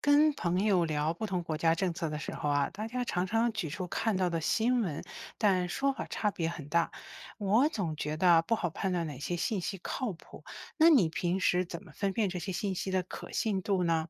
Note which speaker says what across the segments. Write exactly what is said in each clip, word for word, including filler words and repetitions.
Speaker 1: 跟朋友聊不同国家政策的时候啊，大家常常举出看到的新闻，但说法差别很大。我总觉得不好判断哪些信息靠谱。那你平时怎么分辨这些信息的可信度呢？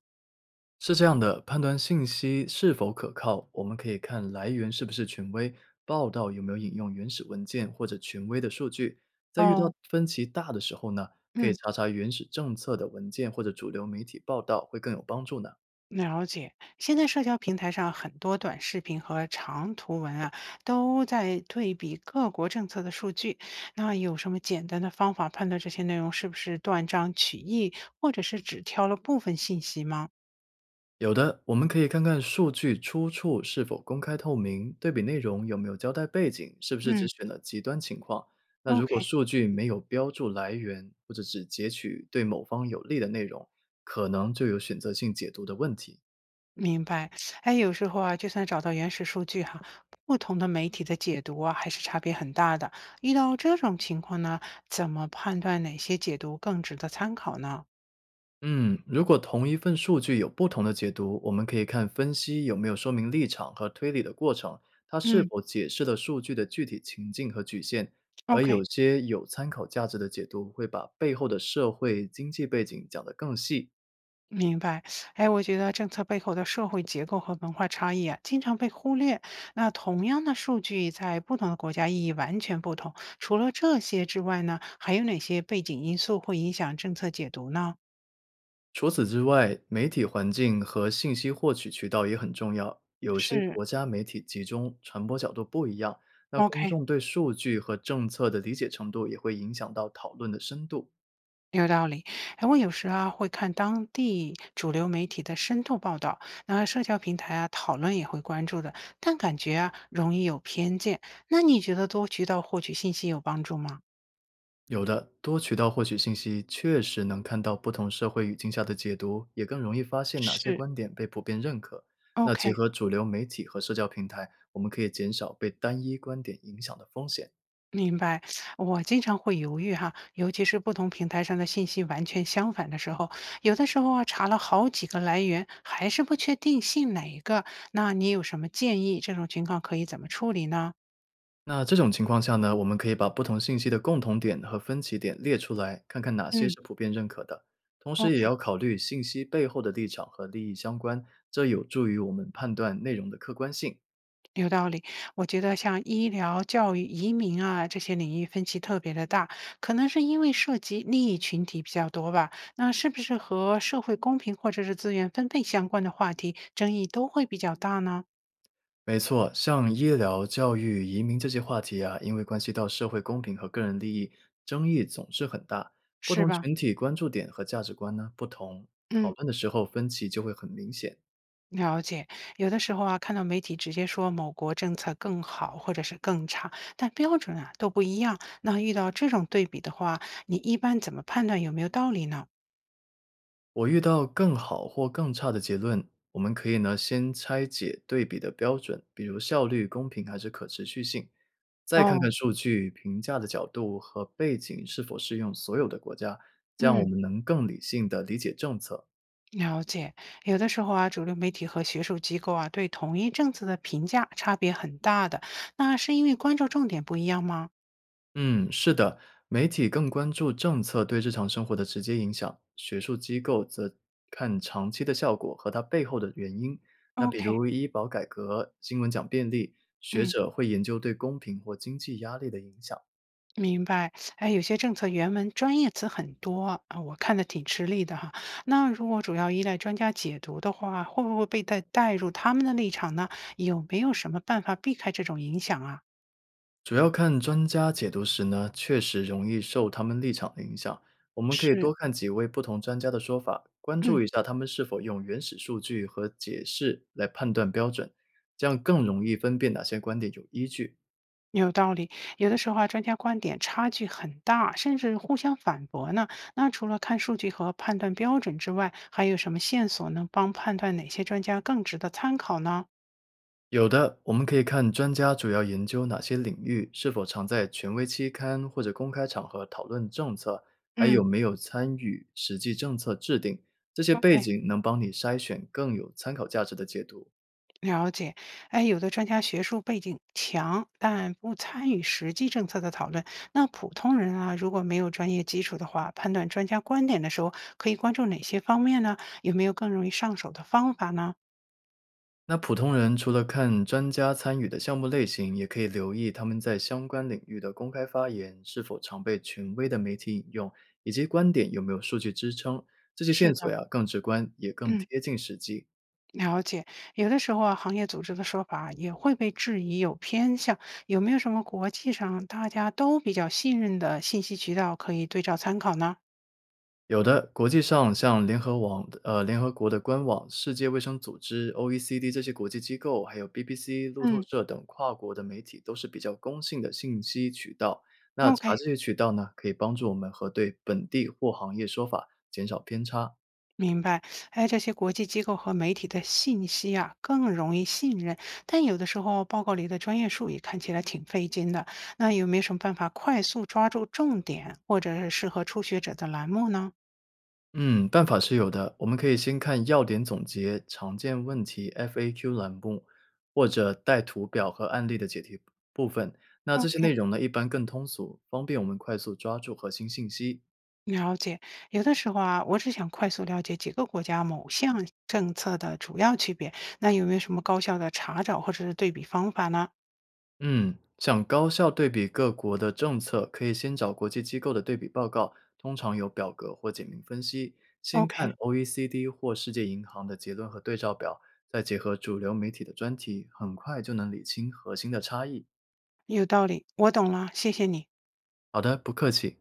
Speaker 2: 是这样的，判断信息是否可靠，我们可以看来源是不是权威，报道有没有引用原始文件或者权威的数据。在遇到
Speaker 1: 哦。
Speaker 2: 分歧大的时候呢，可以
Speaker 1: 嗯。
Speaker 2: 查查原始政策的文件或者主流媒体报道，会更有帮助呢。
Speaker 1: 了解。现在社交平台上很多短视频和长图文啊，都在对比各国政策的数据。那有什么简单的方法判断这些内容是不是断章取义，或者是只挑了部分信息吗？
Speaker 2: 有的，我们可以看看数据出处是否公开透明，对比内容有没有交代背景，是不是只
Speaker 1: 嗯
Speaker 2: 选了极端情况。那如果
Speaker 1: ，OK，
Speaker 2: 数据没有标注来源，或者只截取对某方有利的内容，可能就有选择性解读的问题。
Speaker 1: 明白。哎，有时候啊，就算找到原始数据哈，不同的媒体的解读啊，还是差别很大的。遇到这种情况呢，怎么判断哪些解读更值得参考呢？
Speaker 2: 嗯，如果同一份数据有不同的解读，我们可以看分析有没有说明立场和推理的过程，它是
Speaker 1: 嗯
Speaker 2: 否解释了数据的具体情境和局限。而
Speaker 1: ，OK，
Speaker 2: 有些有参考价值的解读会把背后的社会经济背景讲得更细。
Speaker 1: 明白。哎，我觉得政策背后的社会结构和文化差异啊，经常被忽略。那同样的数据在不同的国家意义完全不同。除了这些之外呢，还有哪些背景因素会影响政策解读呢？
Speaker 2: 除此之外，媒体环境和信息获取渠道也很重要。有些
Speaker 1: 是
Speaker 2: 国家媒体集中，传播角度不一样，那公
Speaker 1: ，OK。
Speaker 2: 众对数据和政策的理解程度也会影响到讨论的深度。
Speaker 1: 有道理，哎，我有时啊会看当地主流媒体的深度报道，那社交平台啊讨论也会关注的，但感觉啊容易有偏见。那你觉得多渠道获取信息有帮助吗？
Speaker 2: 有的，多渠道获取信息确实能看到不同社会语境下的解读，也更容易发现哪些
Speaker 1: 是，
Speaker 2: 观点被普遍认可。那结
Speaker 1: ？OK，
Speaker 2: 合主流媒体和社交平台，我们可以减少被单一观点影响的风险。
Speaker 1: 明白。我经常会犹豫哈，尤其是不同平台上的信息完全相反的时候，有的时候啊查了好几个来源，还是不确定信哪一个。那你有什么建议？这种情况可以怎么处理呢？
Speaker 2: 那这种情况下呢，我们可以把不同信息的共同点和分歧点列出来，看看哪些
Speaker 1: 嗯
Speaker 2: 是普遍认可的。同时，也
Speaker 1: ，OK。
Speaker 2: 要考虑信息背后的立场和利益相关，这有助于我们判断内容的客观性。
Speaker 1: 有道理，我觉得像医疗、教育、移民啊这些领域分歧特别的大，可能是因为涉及利益群体比较多吧。那是不是和社会公平或者是资源分配相关的话题，争议都会比较大呢？
Speaker 2: 没错，像医疗、教育、移民这些话题啊，因为关系到社会公平和个人利益，争议总是很大。不
Speaker 1: 是
Speaker 2: 同
Speaker 1: 吧？
Speaker 2: 群体关注点和价值观呢不同，讨
Speaker 1: 嗯，
Speaker 2: 论的时候分歧就会很明显。
Speaker 1: 了解。有的时候啊，看到媒体直接说某国政策更好或者是更差，但标准啊都不一样。那遇到这种对比的话，你一般怎么判断有没有道理呢？
Speaker 2: 我遇到更好或更差的结论，我们可以呢先拆解对比的标准，比如效率、公平还是可持续性，再看看
Speaker 1: 哦。
Speaker 2: 数据、评价的角度和背景是否适用所有的国家，这样我
Speaker 1: 嗯。
Speaker 2: 们能更理性的理解政策。
Speaker 1: 了解，有的时候啊，主流媒体和学术机构啊，对同一政策的评价差别很大的，那是因为关注重点不一样吗
Speaker 2: 嗯，是的，媒体更关注政策对日常生活的直接影响，学术机构则看长期的效果和它背后的原因。那比
Speaker 1: ？OK，
Speaker 2: 如医保改革、新闻讲便利，学
Speaker 1: 嗯，
Speaker 2: 者会研究对公平或经济压力的影响。
Speaker 1: 明白。哎，有些政策原文专业词很多啊，我看的挺吃力的哈。那如果主要依赖专家解读的话，会不会被带带入他们的立场呢？有没有什么办法避开这种影响啊？
Speaker 2: 主要看专家解读时呢，确实容易受他们立场的影响。我们可以
Speaker 1: 是，
Speaker 2: 多看几位不同专家的说法，关
Speaker 1: 嗯。
Speaker 2: 注一下他们是否用原始数据和解释来判断标准，这样更容易分辨哪些观点有依据。
Speaker 1: 有道理，有的时候啊，专家观点差距很大，甚至互相反驳呢。那除了看数据和判断标准之外，还有什么线索能帮判断哪些专家更值得参考呢？
Speaker 2: 有的，我们可以看专家主要研究哪些领域，是否常在权威期刊或者公开场合讨论政策，还有
Speaker 1: 嗯
Speaker 2: 没有参与实际政策制定。这些背
Speaker 1: ，OK，
Speaker 2: 景能帮你筛选更有参考价值的解读。
Speaker 1: 了解。哎，有的专家学术背景强，但不参与实际政策的讨论。那普通人啊，如果没有专业基础的话，判断专家观点的时候，可以关注哪些方面呢？有没有更容易上手的方法呢？
Speaker 2: 那普通人除了看专家参与的项目类型，也可以留意他们在相关领域的公开发言是否常被权威的媒体引用，以及观点有没有数据支撑。这些
Speaker 1: 是
Speaker 2: 线索
Speaker 1: 的，
Speaker 2: 呀更直观，也更
Speaker 1: 嗯。
Speaker 2: 贴近实际。
Speaker 1: 了解，有的时候啊，行业组织的说法也会被质疑有偏向。有没有什么国际上大家都比较信任的信息渠道可以对照参考呢？
Speaker 2: 有的，国际上像联合网的、呃联合国的官网、世界卫生组织、O E C D 这些国际机构，还有 B B C、路透
Speaker 1: 嗯，
Speaker 2: 社等跨国的媒体，都是比较公信的信息渠道。那
Speaker 1: OK，
Speaker 2: 查这些渠道呢，可以帮助我们核对本地或行业说法，减少偏差。
Speaker 1: 明白。哎，这些国际机构和媒体的信息啊，更容易信任，但有的时候报告里的专业术语看起来挺费劲的。那有没有什么办法快速抓住重点，或者是适合初学者的栏目呢
Speaker 2: 嗯，办法是有的，我们可以先看要点总结、常见问题 F A Q 栏目，或者带图表和案例的解题部分。那这些内
Speaker 1: ？OK，
Speaker 2: 容呢，一般更通俗，方便我们快速抓住核心信息。
Speaker 1: 了解，有的时候啊，我只想快速了解几个国家某项政策的主要区别，那有没有什么高效的查找或者是对比方法呢
Speaker 2: 嗯，想高效对比各国的政策，可以先找国际机构的对比报告，通常有表格或简明分析。先看
Speaker 1: ？OK，
Speaker 2: O E C D 或世界银行的结论和对照表，再结合主流媒体的专题，很快就能理清核心的差异。
Speaker 1: 有道理，我懂了，谢谢你。
Speaker 2: 好的，不客气。